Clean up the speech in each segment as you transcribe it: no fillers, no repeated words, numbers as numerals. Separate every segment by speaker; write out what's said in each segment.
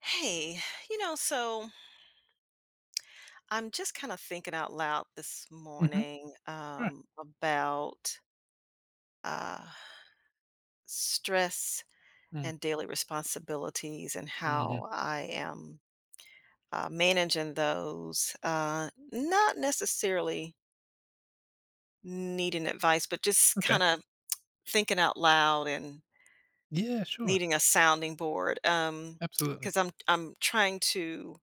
Speaker 1: Hey, so I'm just kind of thinking out loud this
Speaker 2: Mhm.
Speaker 1: morning
Speaker 2: Sure.
Speaker 1: about uh, stress
Speaker 2: Mm.
Speaker 1: and daily responsibilities and
Speaker 2: Mhm.
Speaker 1: how I am managing those. Not necessarily needing advice, but just
Speaker 2: Okay.
Speaker 1: kind of thinking out loud and
Speaker 2: Yeah, sure.
Speaker 1: needing a sounding board. Um,
Speaker 2: Absolutely.
Speaker 1: because I'm trying to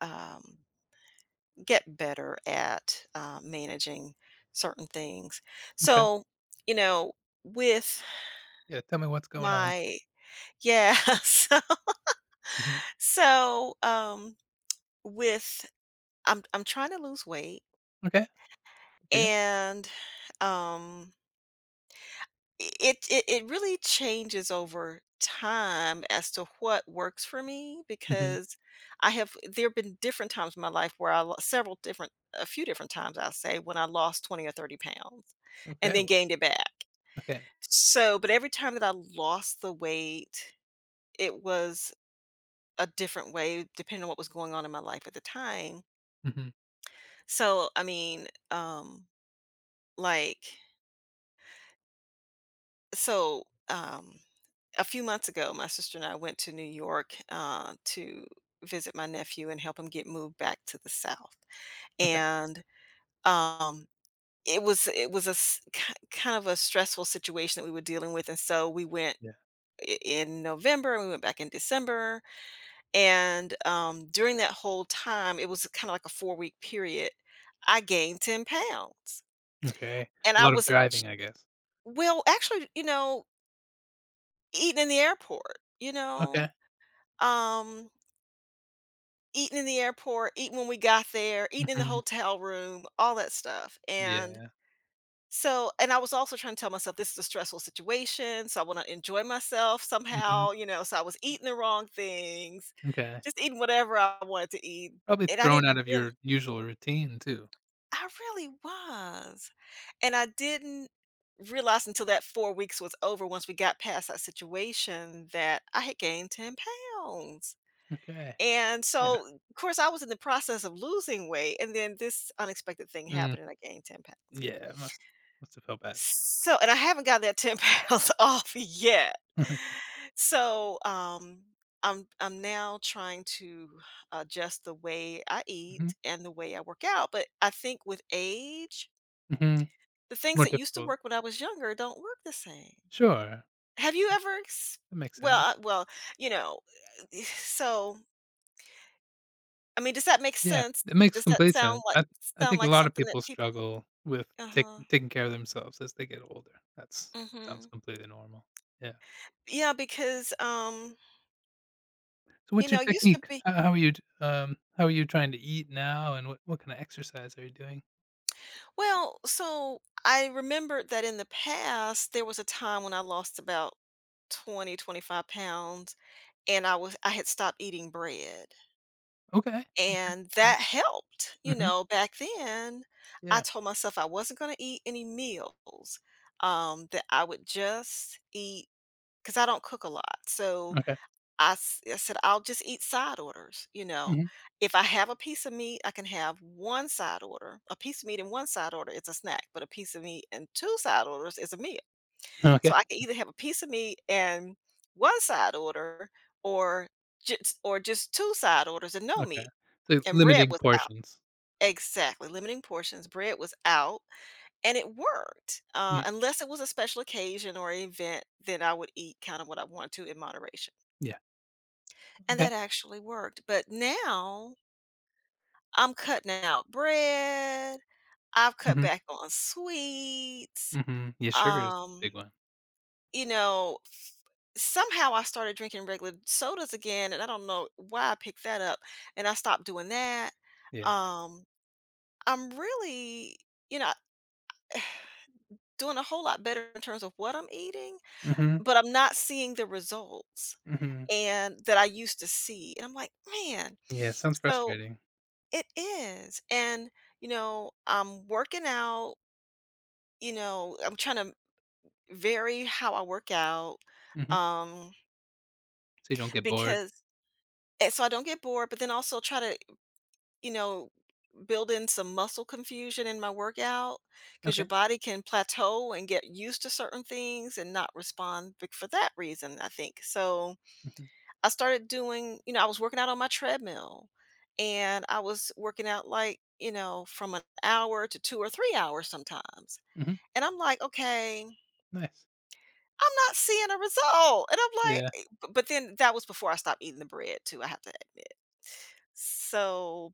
Speaker 1: um, get better at managing certain things.
Speaker 2: Okay.
Speaker 1: So, you know, with
Speaker 2: Yeah, tell me what's going on.
Speaker 1: my, yeah, so,
Speaker 2: Mhm.
Speaker 1: so, with I'm trying to lose weight.
Speaker 2: Okay. For you?
Speaker 1: And um, it really changes over time as to what works for me,
Speaker 2: Mhm.
Speaker 1: because I have there have been different times in my life where I lo- several different a few different times, I'll say, when I lost 20 or 30 pounds and
Speaker 2: Okay,
Speaker 1: then
Speaker 2: well,
Speaker 1: gained it back.
Speaker 2: okay.
Speaker 1: So, but every time that I lost the weight, it was a different way depending on what was going on in my life at the time.
Speaker 2: Mhm.
Speaker 1: So, I mean, like, so um, a few months ago, my sister and I went to New York to visit my nephew and help him get moved back to the South.
Speaker 2: Okay.
Speaker 1: And um, it was kind of a stressful situation that we were dealing with, and so we went
Speaker 2: Yeah.
Speaker 1: in November, and we went back in December. And, during that whole time, it was kinda like a four-week period. I gained 10 pounds,
Speaker 2: Okay.
Speaker 1: and
Speaker 2: A
Speaker 1: I
Speaker 2: lot of
Speaker 1: was—
Speaker 2: driving, I guess.
Speaker 1: well, actually, eating in the airport,
Speaker 2: Okay.
Speaker 1: um, eating in the airport, eating when we got there, eating in the
Speaker 2: Mhm.
Speaker 1: hotel room, all that stuff. And
Speaker 2: Yeah.
Speaker 1: so— and I was also trying to tell myself, this is a stressful situation, so I wanna enjoy myself
Speaker 2: Mhm.
Speaker 1: somehow, so I was eating the wrong things,
Speaker 2: Okay.
Speaker 1: just eating whatever I wanted to eat,
Speaker 2: Probably
Speaker 1: and I
Speaker 2: thrown out
Speaker 1: didn't
Speaker 2: of
Speaker 1: really.
Speaker 2: your usual routine too.
Speaker 1: I really was, and I didn't realize until that 4 weeks was over, once we got past that situation, that I had gained 10 pounds.
Speaker 2: Okay.
Speaker 1: And
Speaker 2: Yeah.
Speaker 1: so, of course, I was in the process of losing weight, and then this unexpected thing
Speaker 2: Mm.
Speaker 1: happened, and I gained 10 pounds.
Speaker 2: Yeah, it must have felt bad.
Speaker 1: So— and I haven't got that 10 pounds off yet. So, I'm now trying to adjust the way I
Speaker 2: Mhm.
Speaker 1: eat and the way I work out. But I think, with age,
Speaker 2: Mhm.
Speaker 1: the things
Speaker 2: More
Speaker 1: that used to
Speaker 2: difficult.
Speaker 1: work when I was younger don't work the same.
Speaker 2: Sure.
Speaker 1: Have you ever ex
Speaker 2: That makes
Speaker 1: Well,
Speaker 2: sense.
Speaker 1: you know, so, I mean, does that make
Speaker 2: Yeah,
Speaker 1: sense?
Speaker 2: it makes
Speaker 1: Does that
Speaker 2: complete sense. I
Speaker 1: sound
Speaker 2: think a
Speaker 1: like
Speaker 2: lot of
Speaker 1: something that
Speaker 2: people
Speaker 1: people—
Speaker 2: struggle with tak
Speaker 1: uh-huh,
Speaker 2: taking care of themselves as they get older. That's Sounds
Speaker 1: mhm.
Speaker 2: completely normal. Yeah.
Speaker 1: Yeah, because,
Speaker 2: So what's your
Speaker 1: it used to
Speaker 2: technique?
Speaker 1: be—
Speaker 2: How are you t how are you trying to eat now, and what kinda exercise are you doing?
Speaker 1: well, so I remembered that in the past, there was a time when I lost about 20 25 pounds, and I had stopped eating bread.
Speaker 2: Okay, okay,
Speaker 1: And
Speaker 2: yeah,
Speaker 1: that helped,
Speaker 2: mhm,
Speaker 1: back then. I
Speaker 2: yeah,
Speaker 1: told myself I wasn't gonna eat any meals, that I would just eat because I don't cook a lot, so
Speaker 2: okay,
Speaker 1: I said, "I'll just eat side orders," you know?
Speaker 2: mhm,
Speaker 1: If I have a piece of meat, I can have 1 side order. A piece of meat and 1 side order is a snack, but a piece of meat and 2 side orders is a meal. So
Speaker 2: okay,
Speaker 1: I can either have a piece of meat and 1 side order, or just 2 side orders and no
Speaker 2: okay.
Speaker 1: meat,
Speaker 2: So
Speaker 1: and bread
Speaker 2: limiting
Speaker 1: was out.
Speaker 2: portions.
Speaker 1: Exactly, limiting portions, bread was out, and it worked. Uh,
Speaker 2: Mm,
Speaker 1: unless it was a special occasion or event, then I would eat kind of what I wanted to in moderation,
Speaker 2: yeah,
Speaker 1: and
Speaker 2: okay,
Speaker 1: that actually worked. But now I'm cutting out bread. I've cut
Speaker 2: mhm,
Speaker 1: back on sweets.
Speaker 2: mhm, yeah, sugar is a big
Speaker 1: Um,
Speaker 2: one.
Speaker 1: you know, somehow I started drinking regular sodas again, and I don't know why I picked that up, and I stopped doing that.
Speaker 2: Yeah,
Speaker 1: Um, I'm really, you know, doing a whole lot better in terms of what I'm eating,
Speaker 2: mhm,
Speaker 1: but I'm not seeing the results
Speaker 2: mhm,
Speaker 1: and that I used to see. And I'm like, man,
Speaker 2: yeah, sounds
Speaker 1: so
Speaker 2: frustrating.
Speaker 1: it is. And, I'm working out. I'm trying to vary how I work out.
Speaker 2: Mhm,
Speaker 1: Um,
Speaker 2: so you don't get bored.
Speaker 1: because and so I don't get bored, but then also try to, you know, build in some muscle confusion in my workout, because your
Speaker 2: Okay,
Speaker 1: body can plateau and get used to certain things and not respond, for that reason, I think. So,
Speaker 2: mhm.
Speaker 1: I started doing— I was working out on my treadmill, and I was working out, like, from an hour to 2 or 3 hours sometimes,
Speaker 2: Mhm.
Speaker 1: and I'm like, "Okay, I'm
Speaker 2: Nice.
Speaker 1: not seeing a result," and I'm like,
Speaker 2: Yeah.
Speaker 1: eh b but then that was before I stopped eating the bread too, I have to admit. So,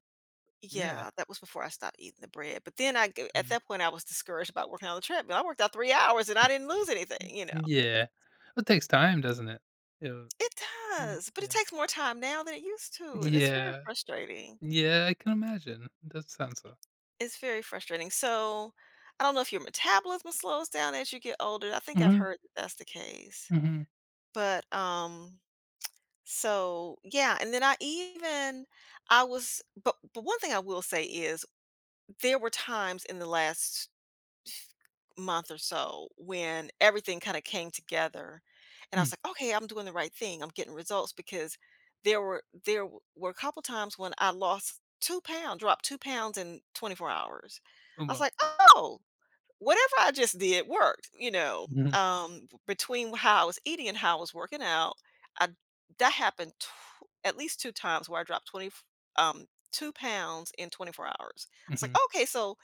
Speaker 2: Yeah.
Speaker 1: yeah, that was before I stopped eating the bread, but then I g at
Speaker 2: Mm.
Speaker 1: that point, I was discouraged about working on the treadmill. I worked out 3 hours and I didn't lose anything, you know?
Speaker 2: Yeah. Well, it takes time, doesn't it? Yeah.
Speaker 1: It
Speaker 2: Mm,
Speaker 1: does, but it
Speaker 2: yeah.
Speaker 1: takes more time now than it used to, and it's very
Speaker 2: Yeah.
Speaker 1: frustrating.
Speaker 2: Yeah, I can imagine. It does sound so.
Speaker 1: It's very frustrating. So, I don't know if your metabolism slows down as you get older. I think I've
Speaker 2: Mhm.
Speaker 1: heard that that's the case.
Speaker 2: Mhm.
Speaker 1: But, so yeah, and then I even I was but one thing I will say is, there were times in the last month or so when everything kind of came together, and I
Speaker 2: Mm.
Speaker 1: was like, "Okay, I'm doing the right thing. I'm getting results," because there were a couple times when I lost 2 pounds, dropped 2 pounds in 24 hours.
Speaker 2: Oh,
Speaker 1: I was
Speaker 2: well.
Speaker 1: like, "Oh, whatever I just did worked," you know?
Speaker 2: Mhm.
Speaker 1: Between how I was eating and how I was working out, I that happened— at least two times where I dropped 20 um 2 pounds in 24 hours. I was like,
Speaker 2: Mhm.
Speaker 1: "Okay." So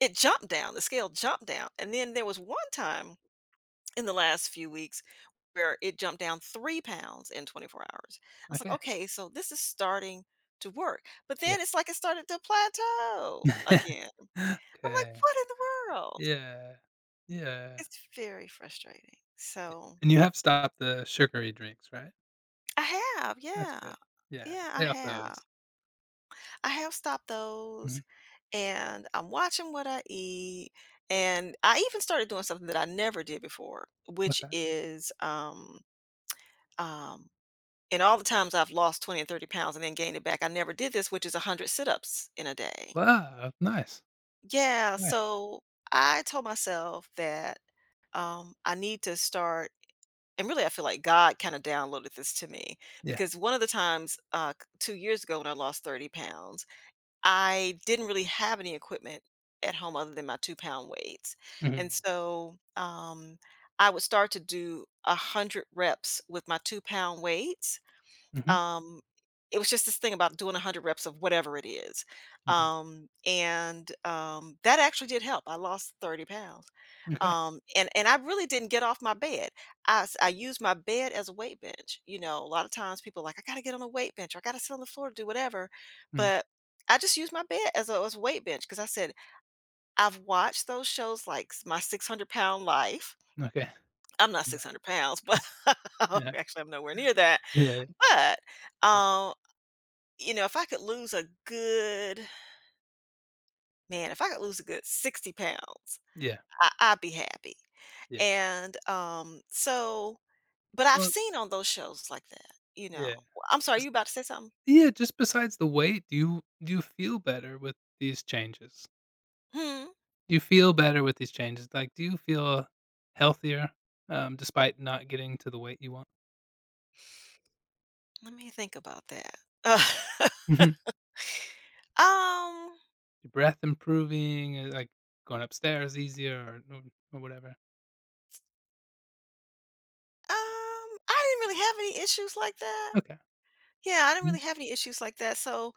Speaker 1: it jumped down, the scale jumped down, and then there was one time in the last few weeks where it jumped down 3 pounds in 24 hours. I was like,
Speaker 2: Okay.
Speaker 1: "Okay, so this is starting to work." But
Speaker 2: Yeah.
Speaker 1: then it's like it started to plateau again. I'm like,
Speaker 2: Okay.
Speaker 1: "What in the world?"
Speaker 2: Yeah. Yeah.
Speaker 1: It's very frustrating. So
Speaker 2: And you have stopped the sugary drinks, right?
Speaker 1: I have,
Speaker 2: That's good.
Speaker 1: yeah.
Speaker 2: Yeah.
Speaker 1: Yeah, I
Speaker 2: Stay off those.
Speaker 1: have. I have stopped those,
Speaker 2: Mhm.
Speaker 1: and I'm watching what I eat, and I even started doing something that I never did before,
Speaker 2: What's
Speaker 1: which
Speaker 2: that?
Speaker 1: is— Um, and all the times I've lost 20 and 30 pounds and then gained it back, I never did this, which is 100 sit ups in a day.
Speaker 2: Wow, nice.
Speaker 1: Yeah.
Speaker 2: Yeah.
Speaker 1: So I told myself that, I need to start. And really, I feel like God kind of downloaded this to me
Speaker 2: Yeah.
Speaker 1: because one of the times, 2 years ago when I lost 30 pounds, I didn't really have any equipment at home other than my 2-pound weights. And
Speaker 2: Mhm.
Speaker 1: so, I would start to do a 100 reps with my 2-pound weights.
Speaker 2: Mhm.
Speaker 1: Um, it was just this thing about doing 100 reps of whatever it is.
Speaker 2: Mhm.
Speaker 1: And that actually did help. I lost 30 pounds.
Speaker 2: Okay.
Speaker 1: And I really didn't get off my bed. I used my bed as a weight bench. A lot of times people are like, I got to get on a weight bench or I got to sit on the floor to do whatever.
Speaker 2: Mhm.
Speaker 1: But I just used my bed as a weight bench, because I said, I've watched those shows like My 600 Pound Life.
Speaker 2: Okay.
Speaker 1: I'm not
Speaker 2: Yeah.
Speaker 1: 600 pounds, but
Speaker 2: Yeah.
Speaker 1: actually, I'm nowhere near that.
Speaker 2: Yeah,
Speaker 1: But,
Speaker 2: yeah.
Speaker 1: um, if I could lose a good man, if I could lose a good 60 pounds,
Speaker 2: Yeah,
Speaker 1: I'd be happy.
Speaker 2: yeah.
Speaker 1: And, so but I've
Speaker 2: Well,
Speaker 1: seen on those shows like that,
Speaker 2: yeah.
Speaker 1: I'm sorry,
Speaker 2: Just
Speaker 1: you about to say something?
Speaker 2: yeah, just besides the weight, do you feel better with these changes?
Speaker 1: Hmm,
Speaker 2: Do you feel better with these changes? Like, do you feel healthier, despite not getting to the weight you want?
Speaker 1: let me think about that.
Speaker 2: Mhm.
Speaker 1: Um, um,
Speaker 2: Your breath improving, like, going upstairs easier, or whatever?
Speaker 1: I didn't really have any issues like that.
Speaker 2: Okay.
Speaker 1: Yeah, I didn't
Speaker 2: Mhm.
Speaker 1: really have any issues like that, so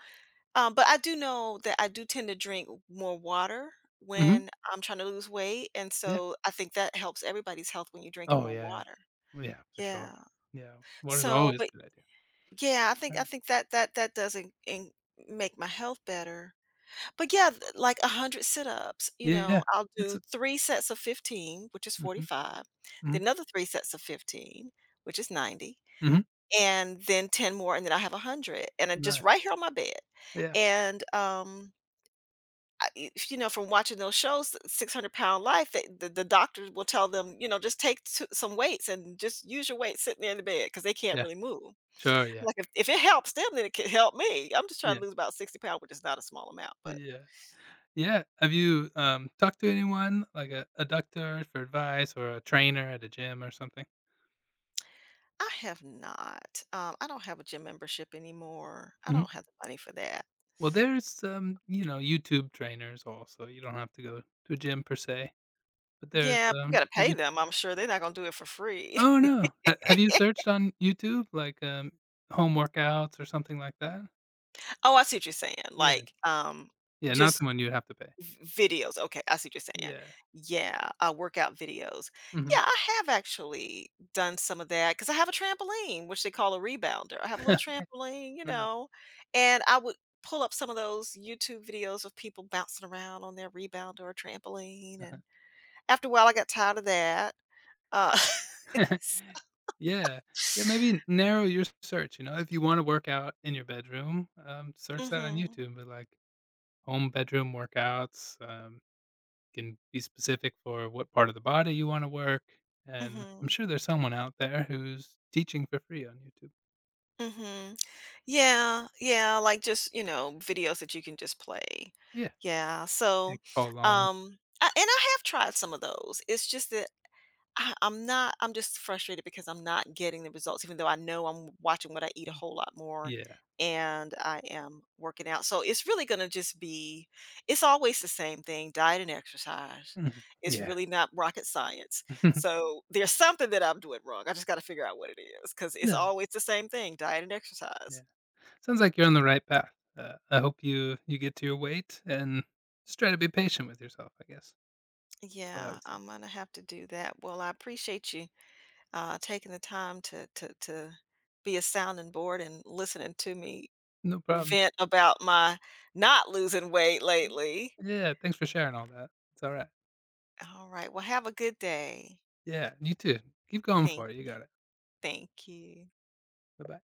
Speaker 1: But I do know that I do tend to drink more water
Speaker 2: Mhm.
Speaker 1: when I'm trying to lose weight, and
Speaker 2: Yeah.
Speaker 1: so I think that helps everybody's health when you're drinking
Speaker 2: Oh,
Speaker 1: more
Speaker 2: yeah.
Speaker 1: water.
Speaker 2: Well, yeah, for sure.
Speaker 1: Yeah.
Speaker 2: Yeah. Water's
Speaker 1: So,
Speaker 2: always
Speaker 1: but
Speaker 2: a good idea.
Speaker 1: yeah, I think I
Speaker 2: Yeah.
Speaker 1: think that doesn't in, make my health better. But yeah, like 100 sit-ups, you
Speaker 2: Yeah.
Speaker 1: know, I'll
Speaker 2: It's
Speaker 1: do
Speaker 2: a—
Speaker 1: three sets of 15, which is
Speaker 2: Mhm.
Speaker 1: 45, then
Speaker 2: Mhm.
Speaker 1: another three sets of 15, which is 90,
Speaker 2: Mhm.
Speaker 1: and then 10 more, and then I have 100, and I
Speaker 2: No.
Speaker 1: just right here on my bed,
Speaker 2: Yeah.
Speaker 1: and. From watching those shows, 600-Pound Life, the doctors will tell them, just take two— some weights and just use your weight sitting there in the bed because they can't
Speaker 2: Yeah.
Speaker 1: really move.
Speaker 2: Sure, yeah.
Speaker 1: Like if it helps them, then it can help me. I'm just trying
Speaker 2: Yeah,
Speaker 1: to lose about 60 pounds, which is not a small amount, but
Speaker 2: yeah, yeah. Have you, talked to anyone, like a doctor for advice or a trainer at a gym or something?
Speaker 1: I have not. I don't have a gym membership anymore. I
Speaker 2: Mhm.
Speaker 1: don't have the money for that.
Speaker 2: Well, there's, YouTube trainers also. You don't have to go to a gym per se, but there's,
Speaker 1: Yeah, but you got to
Speaker 2: have
Speaker 1: pay
Speaker 2: you—
Speaker 1: them. I'm sure they're not going to do it for free.
Speaker 2: Oh, no. Ha have you searched on YouTube, like, home workouts or something like that?
Speaker 1: Oh, I see what you're saying.
Speaker 2: Yeah.
Speaker 1: Like,
Speaker 2: Yeah, not
Speaker 1: just
Speaker 2: someone you'd have to pay.
Speaker 1: V videos, okay, I see what you're saying.
Speaker 2: Yeah.
Speaker 1: Yeah, workout videos.
Speaker 2: Mhm.
Speaker 1: Yeah, I have actually done some of that because I have a trampoline, which they call a rebounder. I have a little trampoline, you
Speaker 2: Nice.
Speaker 1: know, and I would pull up some of those YouTube videos of people bouncing around on their rebounder or trampoline,
Speaker 2: Uh-huh.
Speaker 1: and after a while, I got tired of that. Uh,
Speaker 2: Yeah. Yeah, maybe narrow your search, if you wanna work out in your bedroom, search that on
Speaker 1: mhm,
Speaker 2: YouTube, but, like, home bedroom workouts, can be specific for what part of the body you wanna work, and I'm
Speaker 1: mhm,
Speaker 2: sure there's someone out there who's teaching for free on YouTube.
Speaker 1: mhm. Yeah, yeah, like just, videos that you can just play.
Speaker 2: Yeah,
Speaker 1: Yeah. So,
Speaker 2: you follow along.
Speaker 1: and I have tried some of those. It's just that I'm just frustrated because I'm not getting the results, even though I know I'm watching what I eat a whole lot more,
Speaker 2: Yeah.
Speaker 1: and I am working out. So it's really going to just be— it's always the same thing, diet and exercise.
Speaker 2: Mhm.
Speaker 1: It's
Speaker 2: Yeah.
Speaker 1: really not rocket science. So there's something that I'm doing wrong. I just got to figure out what it is, because it's
Speaker 2: Yeah,
Speaker 1: always the same thing, diet and
Speaker 2: yeah.
Speaker 1: exercise.
Speaker 2: Sounds like you're on the right path. I hope you get to your weight, and just try to be patient with yourself, I guess. That's what I
Speaker 1: Yeah,
Speaker 2: would say.
Speaker 1: I'm gonna have to do that. Well, I appreciate you taking the time to be a sounding board and listening to me
Speaker 2: No problem.
Speaker 1: vent about my not losing weight
Speaker 2: Mhm.
Speaker 1: lately.
Speaker 2: Yeah, thanks for sharing all that. It's all right.
Speaker 1: All right. Well, have a good day.
Speaker 2: Yeah, you too. Keep going
Speaker 1: Thank
Speaker 2: for it. You got it.
Speaker 1: thank you.
Speaker 2: Bye bye.